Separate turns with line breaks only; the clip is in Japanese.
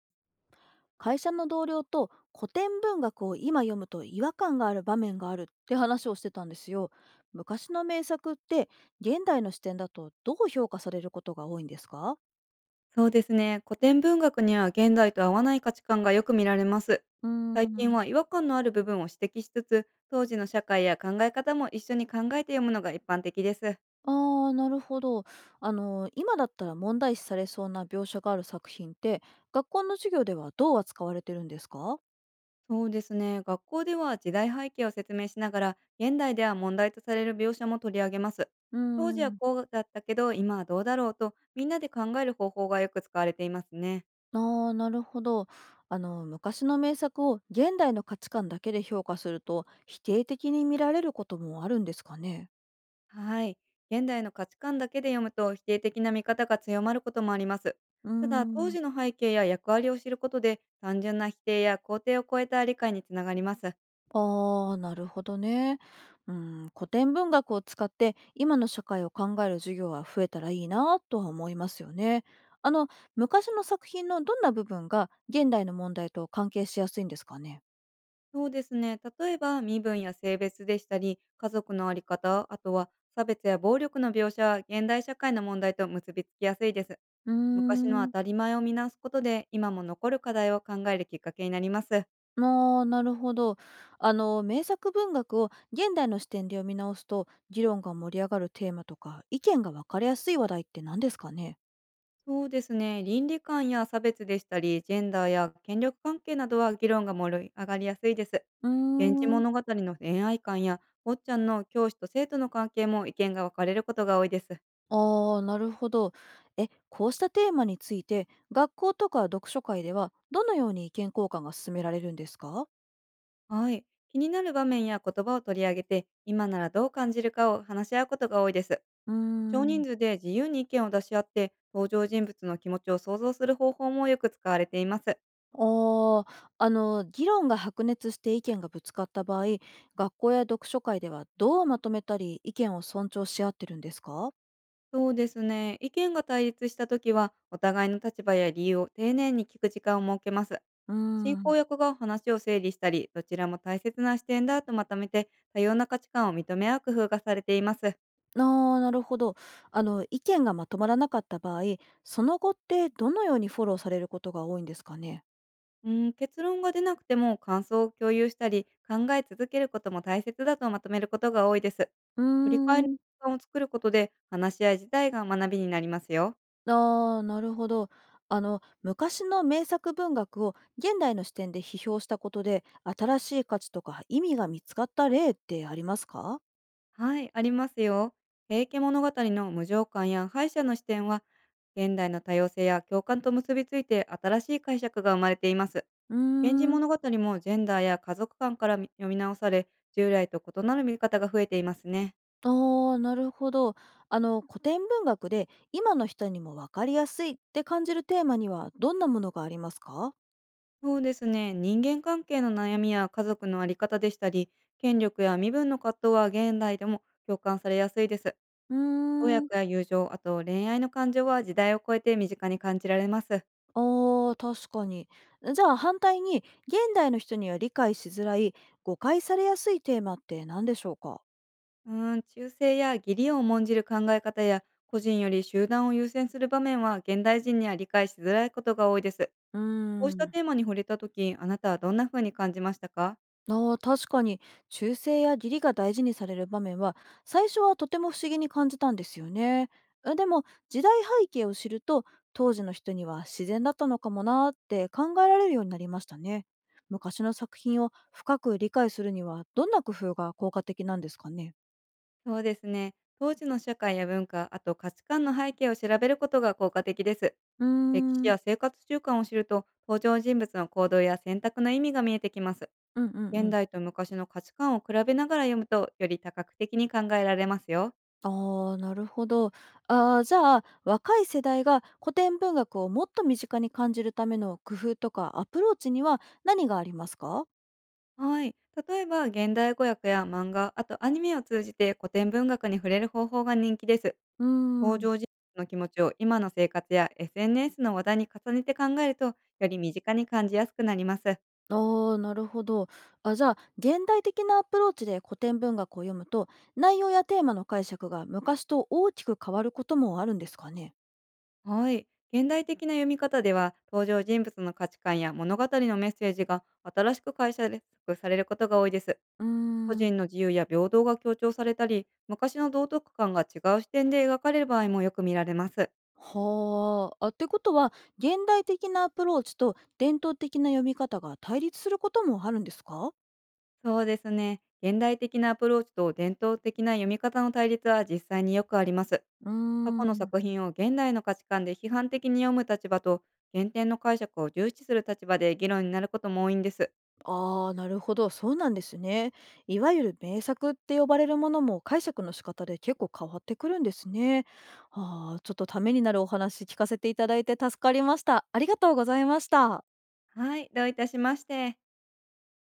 会社の同僚と古典文学を今読むと違和感がある場面があるって話をしてたんですよ。昔の名作って現代の視点だとどう評価されることが多いんですか？
そうですね。古典文学には現代と合わない価値観がよく見られます。
うー
最近
ん、
は違和感のある部分を指摘しつつ、当時の社会や考え方も一緒に考えて読むのが一般的です。
あーなるほど。今だったら問題視されそうな描写がある作品って学校の授業ではどう扱われてるんですか？
そうですね。学校では時代背景を説明しながら、現代では問題とされる描写も取り上げます。
うー
当時は
ん、
こうだったけど、今はどうだろうと、みんなで考える方法がよく使われていますね。
あーなるほど。昔の名作を現代の価値観だけで評価すると否定的に見られることもあるんですかね？
はい。現代の価値観だけで読むと否定的な見方が強まることもあります。
うー
ただ、当
ん、
時の背景や役割を知ることで、単純な否定や肯定を超えた理解につながります。
ああ、なるほどね。うん、古典文学を使って今の社会を考える授業は増えたらいいなとは思いますよね。あの、昔の作品のどんな部分が現代の問題と関係しやすいんですかね。
そうですね。例えば、身分や性別でしたり、家族のあり方、あとは差別や暴力の描写は現代社会の問題と結びつきやすいです。
うー
昔の当
ん、
たり前を見直すことで、今も残る課題を考えるきっかけになります。
ああ、なるほど。名作文学を現代の視点で読み直すと、議論が盛り上がるテーマとか、意見が分かりやすい話題って何ですかね。
そうですね。倫理観や差別でしたり、ジェンダーや権力関係などは議論が盛り上がりやすいです。
う
現地
ーん。
物語の恋愛観や、坊ちゃんの教師と生徒の関係も意見が分かれることが多いです。
ああ、なるほど。こうしたテーマについて、学校とか読書会では、どのように意見交換が進められるんですか？
はい。気になる場面や言葉を取り上げて、今ならどう感じるかを話し合うことが多いです。
うー
少人
ん。
数で自由に意見を出し合って、登場人物の気持ちを想像する方法もよく使われています。
ああ、議論が白熱して意見がぶつかった場合、学校や読書会ではどうまとめたり、意見を尊重し合ってるんですか？
そうですね。意見が対立したときは、お互いの立場や理由を丁寧に聞く時間を設けます。
うー
進行
ん。
役が話を整理したり、どちらも大切な視点だとまとめて、多様な価値観を認め合う工夫がされています。
ああ、なるほど。意見がまとまらなかった場合、その後ってどのようにフォローされることが多いんですかね？
うん、結論が出なくても感想を共有したり、考え続けることも大切だとまとめることが多いです。
うー
振り返りの
ん。
時間を作ることで、話し合い自体が学びになりますよ。
ああ、なるほど。昔の名作文学を現代の視点で批評したことで、新しい価値とか意味が見つかった例ってありますか？
はい、ありますよ。平家物語の無常観や敗者の視点は、現代の多様性や共感と結びついて新しい解釈が生まれています。
うー
源氏
ん。
物語もジェンダーや家族観からみ読み直され、従来と異なる見方が増えていますね。
ああ、なるほど。古典文学で今の人にもわかりやすいって感じるテーマにはどんなものがありますか？
そうですね、人間関係の悩みや家族のあり方でしたり、権力や身分の葛藤は現代でも共感されやすいです。
うー
親
ん。
子や友情、あと恋愛の感情は時代を超えて身近に感じられます。
ああ、確かに。じゃあ反対に、現代の人には理解しづらい、誤解されやすいテーマって何でしょうか？
忠誠や義理を重んじる考え方や、個人より集団を優先する場面は現代人には理解しづらいことが多いです。
うー
こうした
ん。
テーマに触れたとき、あなたはどんな風に感じましたか。
ああ、確かに忠誠や義理が大事にされる場面は最初はとても不思議に感じたんですよね。あでも時代背景を知ると当時の人には自然だったのかもなーって考えられるようになりましたね。昔の作品を深く理解するにはどんな工夫が効果的なんですかね。
そうですね。当時の社会や文化、あと価値観の背景を調べることが効果的です。
うー
歴史
ん、
や生活習慣を知ると、登場人物の行動や選択の意味が見えてきます。
うんうんう
現
ん。
代と昔の価値観を比べながら読むと、より多角的に考えられますよ。
ああ、なるほど。ああ、じゃあ若い世代が古典文学をもっと身近に感じるための工夫とかアプローチには何がありますか？
はい。例えば、現代語訳や漫画、あとアニメを通じて古典文学に触れる方法が人気です。
うー
登
ん。
場人物の気持ちを今の生活や SNS の話題に重ねて考えると、より身近に感じやすくなります。
ああ、なるほど。あ、じゃあ、現代的なアプローチで古典文学を読むと、内容やテーマの解釈が昔と大きく変わることもあるんですかね？
はい。現代的な読み方では、登場人物の価値観や物語のメッセージが新しく解釈されることが多いです。
うー
個
ん。
人の自由や平等が強調されたり、昔の道徳観が違う視点で描かれる場合もよく見られます。
はあ。あ、ってことは、現代的なアプローチと伝統的な読み方が対立することもあるんですか？
そうですね。現代的なアプローチと伝統的な読み方の対立は実際によくあります。
うー
過去の
ん。
作品を現代の価値観で批判的に読む立場と、原点の解釈を重視する立場で議論になることも多いんです。
ああ、なるほど、そうなんですね。いわゆる名作って呼ばれるものも解釈の仕方で結構変わってくるんですね。ああ、ちょっとためになるお話聞かせていただいて助かりました。ありがとうございました。
はい、どういたしまして。